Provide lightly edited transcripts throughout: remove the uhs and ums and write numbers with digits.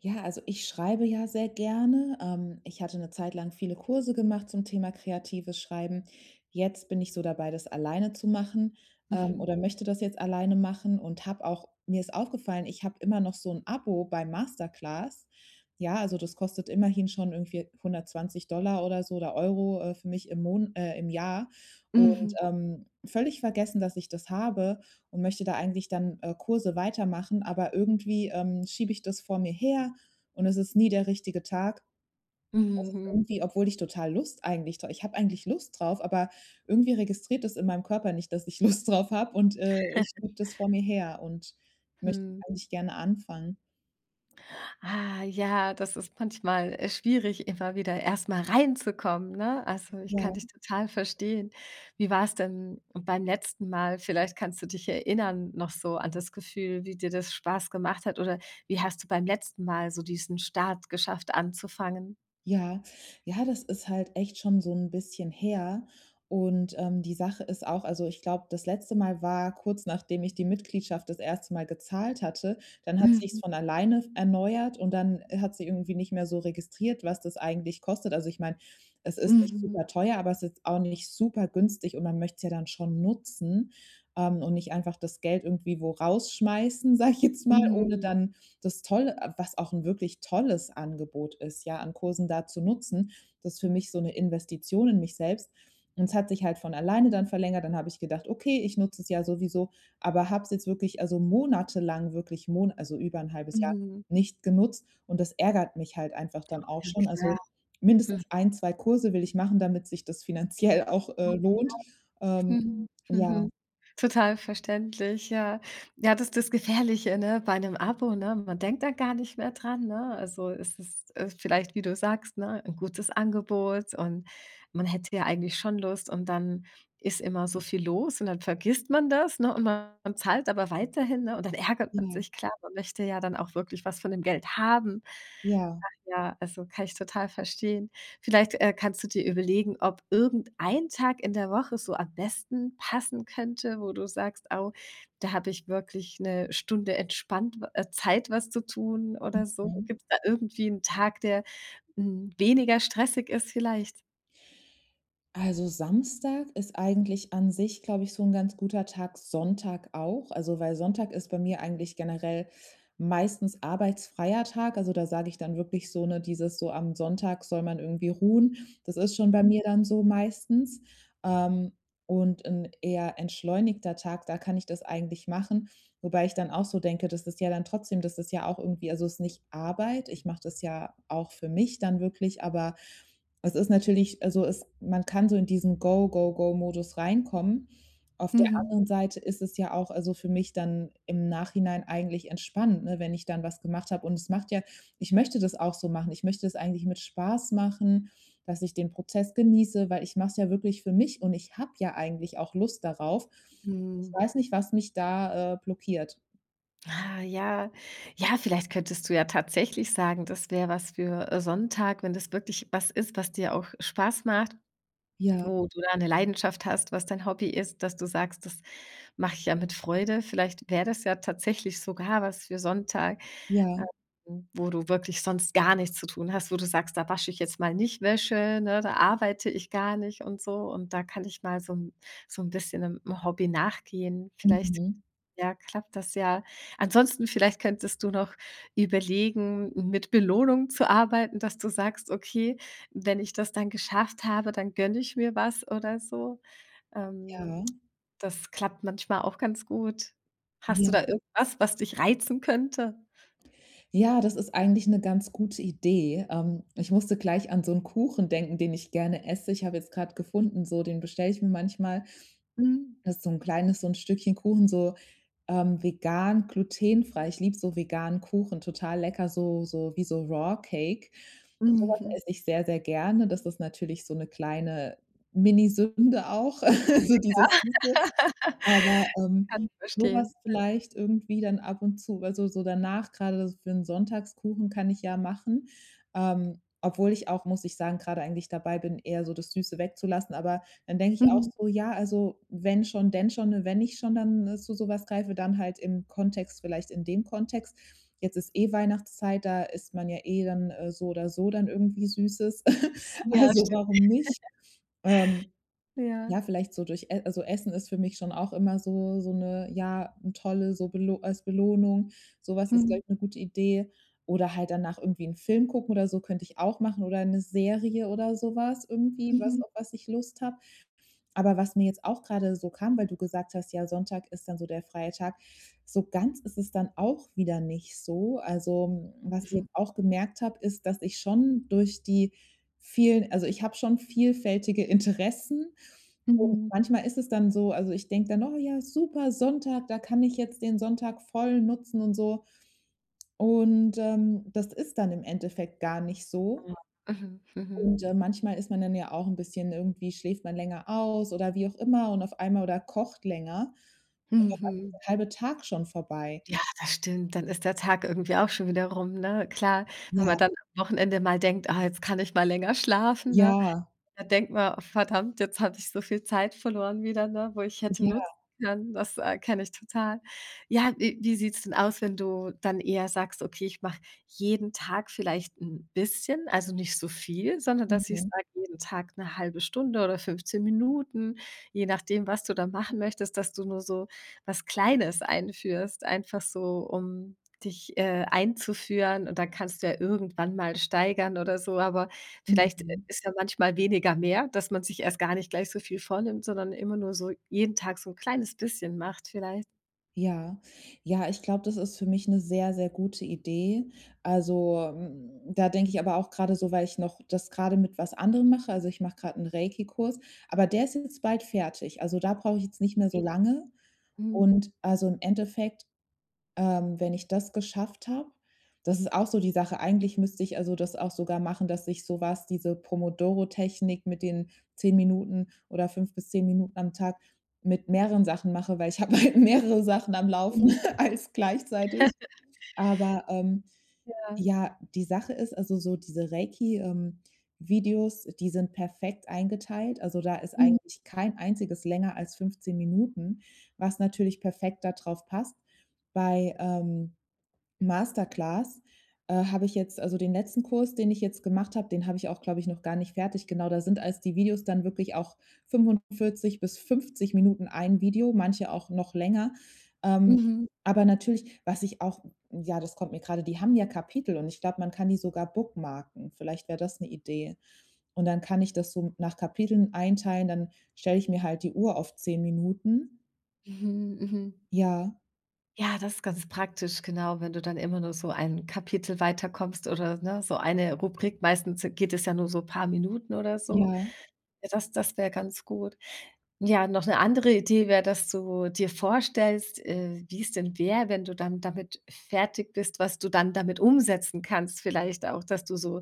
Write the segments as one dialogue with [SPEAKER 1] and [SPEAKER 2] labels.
[SPEAKER 1] Ja, also ich schreibe ja sehr gerne. Ich hatte eine Zeit lang viele Kurse gemacht zum Thema kreatives Schreiben. Jetzt bin ich so dabei, das alleine zu machen,
[SPEAKER 2] Mhm.
[SPEAKER 1] oder möchte das jetzt alleine machen und habe auch mir ist aufgefallen, ich habe immer noch so ein Abo bei Masterclass. Ja, also das kostet immerhin schon irgendwie 120 oder so oder Euro, für mich im Jahr und,
[SPEAKER 2] Mhm.
[SPEAKER 1] völlig vergessen, dass ich das habe und möchte da eigentlich dann, Kurse weitermachen, aber irgendwie, schiebe ich das vor mir her und es ist nie der richtige Tag.
[SPEAKER 2] Mhm.
[SPEAKER 1] Irgendwie, obwohl ich total Lust eigentlich dra ich habe eigentlich Lust drauf, aber irgendwie registriert das in meinem Körper nicht, dass ich Lust drauf habe und, ich schiebe das vor mir her und möchte
[SPEAKER 2] Hm.
[SPEAKER 1] eigentlich gerne anfangen.
[SPEAKER 2] Ah, ja, das ist manchmal, schwierig, immer wieder erst mal reinzukommen, ne? Also, ich kann
[SPEAKER 1] Ja.
[SPEAKER 2] dich total verstehen. Wie war es denn beim letzten Mal? Vielleicht kannst du dich erinnern noch so an das Gefühl, wie dir das Spaß gemacht hat oder wie hast du beim letzten Mal so diesen Start geschafft anzufangen?
[SPEAKER 1] Ja, ja, das ist halt echt schon so ein bisschen her. Und, die Sache ist auch, also, ich glaube, das letzte Mal war kurz, nachdem ich die Mitgliedschaft das erste Mal gezahlt hatte. Dann hat sich's
[SPEAKER 2] Mhm.
[SPEAKER 1] von alleine erneuert und dann hat sie irgendwie nicht mehr so registriert, was das eigentlich kostet. Also, ich meine, es ist nicht
[SPEAKER 2] Mhm.
[SPEAKER 1] super teuer, aber es ist auch nicht super günstig und man möchte es ja dann schon nutzen, und nicht einfach das Geld irgendwie wo rausschmeißen, sage ich jetzt mal, ohne
[SPEAKER 2] Mhm.
[SPEAKER 1] dann das Tolle, was auch ein wirklich tolles Angebot ist, ja, an Kursen da zu nutzen. Das ist für mich so eine Investition in mich selbst. Und es hat sich halt von alleine dann verlängert. Dann habe ich gedacht: „Okay, ich nutze es ja sowieso", aber habe es jetzt wirklich, also, monatelang, wirklich Mon also, über ein halbes Jahr
[SPEAKER 2] Mhm.
[SPEAKER 1] nicht genutzt und das ärgert mich halt einfach dann auch schon. Also,
[SPEAKER 2] Klar. Mhm.
[SPEAKER 1] mindestens ein, 2 Kurse will ich machen, damit sich das finanziell auch, lohnt. Ähm,
[SPEAKER 2] Mhm,
[SPEAKER 1] ja,
[SPEAKER 2] mhm. Total verständlich, ja. Ja, das ist das Gefährliche, ne, bei einem Abo, ne? Man denkt da gar nicht mehr dran, ne? Also, es ist, vielleicht, wie du sagst, ne, ein gutes Angebot und man hätte ja eigentlich schon Lust und dann ist immer so viel los und dann vergisst man das, ne, und man zahlt aber weiterhin, ne, und dann ärgert man
[SPEAKER 1] ja,
[SPEAKER 2] sich. Klar, man möchte ja dann auch wirklich was von dem Geld haben.
[SPEAKER 1] ja.
[SPEAKER 2] Ja, also kann ich total verstehen. Vielleicht, kannst du dir überlegen, ob irgendein Tag in der Woche so am besten passen könnte, wo du sagst: „Oh, da habe ich wirklich eine Stunde entspannt w Zeit, was zu tun“ oder so.
[SPEAKER 1] Mhm.
[SPEAKER 2] Gibt es da irgendwie einen Tag, der, hm, weniger stressig ist vielleicht?
[SPEAKER 1] Also, Samstag ist eigentlich an sich, glaube ich, so ein ganz guter Tag, Sonntag auch. Also, weil Sonntag ist bei mir eigentlich generell meistens arbeitsfreier Tag. Also, da sage ich dann wirklich so, ne, dieses, so am Sonntag soll man irgendwie ruhen. Das ist schon bei mir dann so meistens. Ähm, und ein eher entschleunigter Tag, da kann ich das eigentlich machen, wobei ich dann auch so denke, das ist ja auch irgendwie, also, es ist nicht Arbeit. Ich mache das ja auch für mich dann wirklich, aber es ist natürlich, also, es man kann so in diesen Go, Go, Go-Modus reinkommen. Auf der
[SPEAKER 2] Mhm.
[SPEAKER 1] anderen Seite ist es ja auch, also, für mich dann im Nachhinein eigentlich entspannend, ne, wenn ich dann was gemacht habe. Und es macht ja Ich möchte das auch so machen. Ich möchte es eigentlich mit Spaß machen, dass ich den Prozess genieße, weil ich mache es ja wirklich für mich und ich habe ja eigentlich auch Lust darauf. Ich
[SPEAKER 2] Mhm.
[SPEAKER 1] weiß nicht, was mich da, blockiert.
[SPEAKER 2] Ah, ja. Ja, vielleicht könntest du ja tatsächlich sagen, das wäre was für, Sonntag, wenn das wirklich was ist, was dir auch Spaß macht.
[SPEAKER 1] Ja,
[SPEAKER 2] Wo du da 'ne Leidenschaft hast, was dein Hobby ist, dass du sagst: „Das mache ich ja mit Freude.“ Vielleicht wäre das ja tatsächlich sogar was für Sonntag,
[SPEAKER 1] ja,
[SPEAKER 2] wo du wirklich sonst gar nichts zu tun hast, wo du sagst: „Da wasche ich jetzt mal nicht Wäsche, ne, da arbeite ich gar nicht und so und da kann ich mal so 'n so ein bisschen einem Hobby nachgehen.“ Vielleicht,
[SPEAKER 1] mhm,
[SPEAKER 2] ja, klappt das ja. Ansonsten vielleicht könntest du noch überlegen, mit Belohnung zu arbeiten, dass du sagst: „Okay, wenn ich das dann geschafft habe, dann gönne ich mir was“ oder so. Ähm,
[SPEAKER 1] ja,
[SPEAKER 2] Das klappt manchmal auch ganz gut. Hast du
[SPEAKER 1] ja.
[SPEAKER 2] da irgendwas, was dich reizen könnte?
[SPEAKER 1] Ja, das ist eigentlich eine ganz gute Idee. Ich musste gleich an so 'n Kuchen denken, den ich gerne esse. Ich habe jetzt grad gefunden, so den bestelle ich mir manchmal.
[SPEAKER 2] Mhm.
[SPEAKER 1] Das ist so 'n kleines, so 'n Stückchen Kuchen, so, vegan, glutenfrei. Ich liebe so veganen Kuchen, total lecker, so wie so Raw Cake. So was
[SPEAKER 2] Mhm.
[SPEAKER 1] esse ich sehr, sehr gerne. Das ist natürlich so 'ne kleine Mini-Sünde auch, so dieses Süße. Aber,
[SPEAKER 2] Kann ich
[SPEAKER 1] so
[SPEAKER 2] verstehen.
[SPEAKER 1] vielleicht irgendwie dann ab und zu, also, so danach, gerade so für 'n Sonntagskuchen kann ich ja machen, obwohl ich auch, muss ich sagen, grade eigentlich dabei bin, eher so das Süße wegzulassen. Aber dann denke ich auch
[SPEAKER 2] Mhm.
[SPEAKER 1] so: „Ja, also, wenn schon, denn schon, ne? Wenn ich schon dann, zu so was greife, dann halt im Kontext, vielleicht in dem Kontext." Jetzt ist eh Weihnachtszeit, da isst man ja eh dann, so oder so dann irgendwie Süßes. Mhm.
[SPEAKER 2] Ja,
[SPEAKER 1] Also,
[SPEAKER 2] stimmt.
[SPEAKER 1] warum nicht? Ähm,
[SPEAKER 2] Ja.
[SPEAKER 1] ja, vielleicht so durch E also, Essen ist für mich schon auch immer so eine, ja, 'n tolle, so Belo als Belohnung. Sowas ist,
[SPEAKER 2] Mhm.
[SPEAKER 1] glaube ich, 'ne gute Idee. Oder halt danach irgendwie einen Film gucken oder so könnte ich auch machen oder eine Serie oder sowas irgendwie,
[SPEAKER 2] Mhm.
[SPEAKER 1] was ich Lust habe. Aber was mir jetzt auch gerade so kam, weil du gesagt hast: „Ja, Sonntag ist dann so der freie Tag." So ganz ist es dann auch wieder nicht so. Also, was ich
[SPEAKER 2] Mhm.
[SPEAKER 1] jetzt auch gemerkt habe, ist, dass ich schon durch die vielen also, ich habe schon vielfältige Interessen und
[SPEAKER 2] Mhm.
[SPEAKER 1] manchmal ist es dann so, also, ich denke dann: „Oh ja, super, Sonntag, da kann ich jetzt den Sonntag voll nutzen und so." Und, das ist dann im Endeffekt gar nicht so.
[SPEAKER 2] Ja. Mhm.
[SPEAKER 1] Und,
[SPEAKER 2] Mhm.
[SPEAKER 1] manchmal ist man dann ja auch ein bisschen irgendwie, schläft man länger aus oder wie auch immer und auf einmal oder kocht länger,
[SPEAKER 2] Mhm.
[SPEAKER 1] der halbe Tag schon vorbei.
[SPEAKER 2] Ja, das stimmt. Dann ist der Tag irgendwie auch schon wieder rum, ne? Klar,
[SPEAKER 1] Ja,
[SPEAKER 2] wenn man dann am Wochenende mal denkt: „Ah, jetzt kann ich mal länger schlafen“, ne?
[SPEAKER 1] ja,
[SPEAKER 2] Da denkt man: oh, „Verdammt, jetzt habe ich so viel Zeit verloren wieder, ne, wo ich hätte
[SPEAKER 1] ja,
[SPEAKER 2] nutzen können.“ Das, kenne ich total. Ja, wie sieht's denn aus, wenn du dann eher sagst: „Okay, ich mache jeden Tag vielleicht 'n bisschen, also nicht so viel, sondern dass ich
[SPEAKER 1] mhm,
[SPEAKER 2] sage, jeden Tag 'ne halbe Stunde oder 15 Minuten“, je nachdem, was du da machen möchtest, dass du nur so was Kleines einführst, einfach so, um dich, einzuführen und dann kannst du ja irgendwann mal steigern oder so, aber vielleicht
[SPEAKER 1] mhm.
[SPEAKER 2] ist ja manchmal weniger mehr, dass man sich erst gar nicht gleich so viel vornimmt, sondern immer nur so jeden Tag so 'n kleines bisschen macht vielleicht.
[SPEAKER 1] Ja. Ja, ich glaube, das ist für mich eine sehr, sehr gute Idee. Also, da denke ich aber auch gerade so, weil ich noch das gerade mit was anderem mache. Also, ich mache gerade einen Reiki-Kurs, aber der ist jetzt bald fertig. Also, da brauche ich jetzt nicht mehr so lange.
[SPEAKER 2] Mhm.
[SPEAKER 1] Und, also, im Endeffekt, wenn ich das geschafft habe, das ist auch so die Sache. Eigentlich müsste ich, also, das auch sogar machen, dass ich so was diese Pomodoro-Technik mit den 10 Minuten oder 5 bis 10 Minuten am Tag mit mehreren Sachen mache, weil ich habe halt mehrere Sachen am
[SPEAKER 2] Mhm.
[SPEAKER 1] Laufen als gleichzeitig. Aber,
[SPEAKER 2] Ja.
[SPEAKER 1] ja, die Sache ist, also so diese Reiki, Videos, die sind perfekt eingeteilt. Also, da ist
[SPEAKER 2] Mhm.
[SPEAKER 1] eigentlich kein einziges länger als 15 Minuten, was natürlich perfekt darauf passt. Bei Masterclass, habe ich jetzt, also, den letzten Kurs, den ich jetzt gemacht habe, den habe ich auch, glaube ich, noch gar nicht fertig. Genau, da sind als die Videos dann wirklich auch 45 bis 50 Minuten ein Video, manche auch noch länger. Ähm,
[SPEAKER 2] Mhm.
[SPEAKER 1] aber natürlich, was ich auch ja, das kommt mir gerade, die haben ja Kapitel und ich glaube, man kann die sogar bookmarken. Vielleicht wäre das eine Idee. Und dann kann ich das so nach Kapiteln einteilen, dann stelle ich mir halt die Uhr auf 10 Minuten.
[SPEAKER 2] Mhm. Mhm.
[SPEAKER 1] Ja,
[SPEAKER 2] Ja, das ist ganz praktisch, genau, wenn du dann immer nur so ein Kapitel weiterkommst oder, ne, so eine Rubrik. Meistens geht es ja nur so paar Minuten oder so.
[SPEAKER 1] ja.
[SPEAKER 2] Ja, das wäre ganz gut. Ja, noch eine andere Idee wäre, dass du dir vorstellst, wie's denn wäre, wenn du dann damit fertig bist, was du dann damit umsetzen kannst. Vielleicht auch, dass du so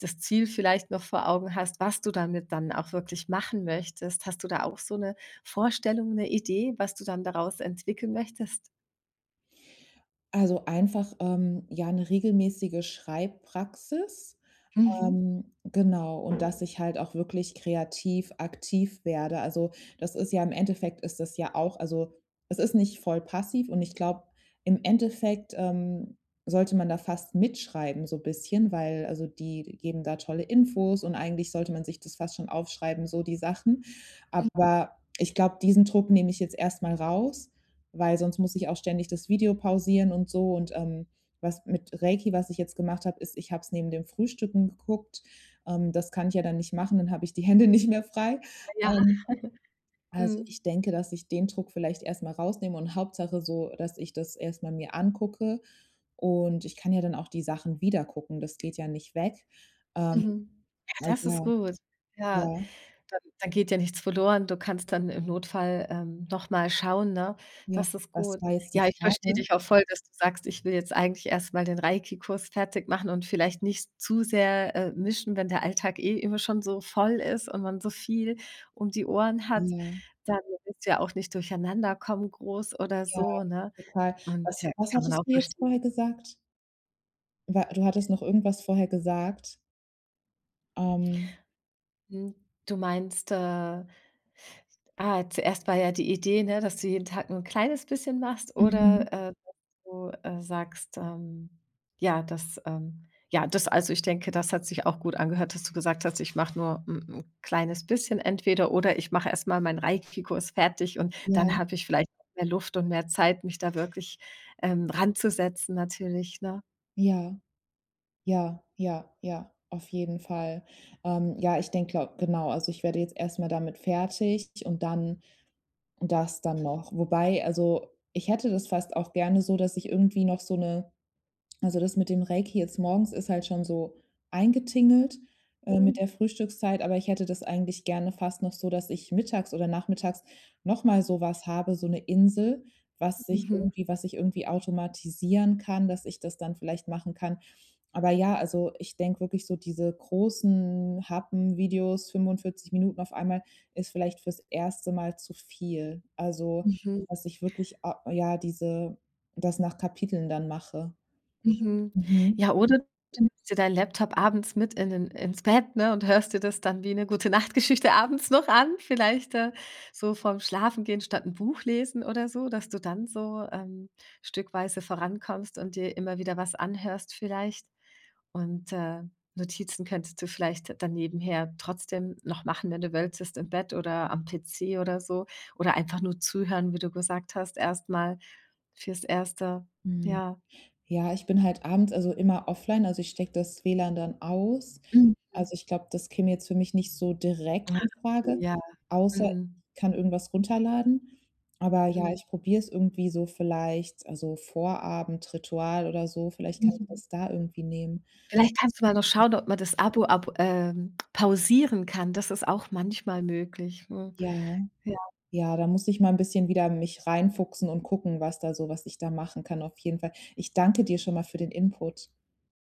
[SPEAKER 2] das Ziel vielleicht noch vor Augen hast, was du damit dann auch wirklich machen möchtest. Hast du da auch so eine Vorstellung, eine Idee, was du dann daraus entwickeln möchtest?
[SPEAKER 1] Also, einfach, ja, eine regelmäßige Schreibpraxis,
[SPEAKER 2] Mhm.
[SPEAKER 1] genau, und dass ich halt auch wirklich kreativ aktiv werde. Also, das ist ja im Endeffekt, ist das ja auch, also, es ist nicht voll passiv und ich glaube, im Endeffekt, sollte man da fast mitschreiben, so ein bisschen, weil, also, die geben da tolle Infos und eigentlich sollte man sich das fast schon aufschreiben, so die Sachen. Aber ich glaube, diesen Druck nehme ich jetzt erstmal raus, weil sonst muss ich auch ständig das Video pausieren und so und, was mit Reiki, was ich jetzt gemacht habe, ist, ich habe es neben dem Frühstücken geguckt. Das kann ich ja dann nicht machen, dann habe ich die Hände nicht mehr frei.
[SPEAKER 2] Ja.
[SPEAKER 1] Ähm, also,
[SPEAKER 2] Mhm.
[SPEAKER 1] ich denke, dass ich den Druck vielleicht erst mal rausnehme und Hauptsache so, dass ich das erst mal mir angucke und ich kann ja dann auch die Sachen wieder gucken, das geht ja nicht weg. Ähm,
[SPEAKER 2] Mhm. Ja,
[SPEAKER 1] ah,
[SPEAKER 2] das ist
[SPEAKER 1] ja,
[SPEAKER 2] gut. Ja.
[SPEAKER 1] ja,
[SPEAKER 2] Dann geht ja nichts verloren. Du kannst dann im Notfall, noch mal schauen, ne?
[SPEAKER 1] ja.
[SPEAKER 2] Das ist
[SPEAKER 1] Was
[SPEAKER 2] gut.
[SPEAKER 1] war jetzt die
[SPEAKER 2] Ja, ich verstehe
[SPEAKER 1] Frage?
[SPEAKER 2] dich auch voll, dass du sagst: „Ich will jetzt eigentlich erst mal den Reiki-Kurs fertig machen und vielleicht nicht zu sehr, mischen, wenn der Alltag eh immer schon so voll ist und man so viel um die Ohren hat,
[SPEAKER 1] Ja,
[SPEAKER 2] dann willst du ja auch nicht durcheinanderkommen groß oder
[SPEAKER 1] ja,
[SPEAKER 2] so“, ne?
[SPEAKER 1] total.
[SPEAKER 2] Und
[SPEAKER 1] Was
[SPEAKER 2] ja,
[SPEAKER 1] was
[SPEAKER 2] kann man
[SPEAKER 1] hattest
[SPEAKER 2] auch
[SPEAKER 1] du jetzt
[SPEAKER 2] verstehen.
[SPEAKER 1] vorher gesagt? Wa Du hattest noch irgendwas vorher gesagt? Ähm,
[SPEAKER 2] Mhm. Du meinst, Ah, zuerst war ja die Idee, ne, dass du jeden Tag nur ein kleines bisschen machst
[SPEAKER 1] mhm,
[SPEAKER 2] oder, dass du, sagst, ja, ja, das also, ich denke, das hat sich auch gut angehört, dass du gesagt hast: „Ich mache nur ein 'n kleines bisschen entweder oder ich mache erst mal meinen Reiki-Kurs fertig und dann
[SPEAKER 1] ja.
[SPEAKER 2] habe ich vielleicht auch mehr Luft und mehr Zeit, mich da wirklich, ranzusetzen“ natürlich, ne?
[SPEAKER 1] Ja, ja, ja, ja, auf jeden Fall. Ja, ich denke, glau genau, also ich werde jetzt erst mal damit fertig und dann und das dann noch. Wobei, also, ich hätte das fast auch gerne so, dass ich irgendwie noch so eine, also, das mit dem Reiki jetzt morgens ist halt schon so eingetingelt, mit
[SPEAKER 2] Mhm.
[SPEAKER 1] der Frühstückszeit, aber ich hätte das eigentlich gerne fast noch so, dass ich mittags oder nachmittags noch mal so was habe, so eine Insel,
[SPEAKER 2] Mhm,
[SPEAKER 1] was ich irgendwie automatisieren kann, dass ich das dann vielleicht machen kann, aber ja, also, ich denke wirklich, so diese großen Happen-Videos, 45 Minuten auf einmal, ist vielleicht fürs erste Mal zu viel. Also,
[SPEAKER 2] mhm.
[SPEAKER 1] dass ich wirklich, a ja, diese das nach Kapiteln dann mache.
[SPEAKER 2] Mhm.
[SPEAKER 1] Mhm.
[SPEAKER 2] Ja, oder du nimmst dir deinen Laptop abends mit in den ins Bett, ne, und hörst dir das dann wie eine Gute-Nacht-Geschichte abends noch an, vielleicht, so vorm Schlafengehen statt ein Buch lesen oder so, dass du dann so, stückweise vorankommst und dir immer wieder was anhörst vielleicht. Und, Notizen könntest du vielleicht dann nebenher trotzdem noch machen, wenn du wolltest, im Bett oder am PC oder so oder einfach nur zuhören, wie du gesagt hast, erstmal fürs Erste.
[SPEAKER 1] Mhm.
[SPEAKER 2] Ja.
[SPEAKER 1] Ja, ich bin halt abends, also, immer offline, also ich stecke das WLAN dann aus.
[SPEAKER 2] Mhm.
[SPEAKER 1] Also, ich glaube, das käme jetzt für mich nicht so direkt in
[SPEAKER 2] Okay,
[SPEAKER 1] Frage,
[SPEAKER 2] ja.
[SPEAKER 1] außer
[SPEAKER 2] Mhm.
[SPEAKER 1] ich kann irgendwas runterladen. Aber ja,
[SPEAKER 2] Mhm.
[SPEAKER 1] ich probiere es irgendwie so, vielleicht, also, Vorabendritual oder so, vielleicht kann ich
[SPEAKER 2] Mhm.
[SPEAKER 1] das da irgendwie nehmen.
[SPEAKER 2] Vielleicht kannst du mal noch schauen, ob man das Abo ab pausieren kann. Das ist auch manchmal möglich, mhm.
[SPEAKER 1] Ja,
[SPEAKER 2] Ja.
[SPEAKER 1] ja, da muss ich mal 'n bisschen wieder mich reinfuchsen und gucken, was ich da machen kann, auf jeden Fall. Ich danke dir schon mal für den Input.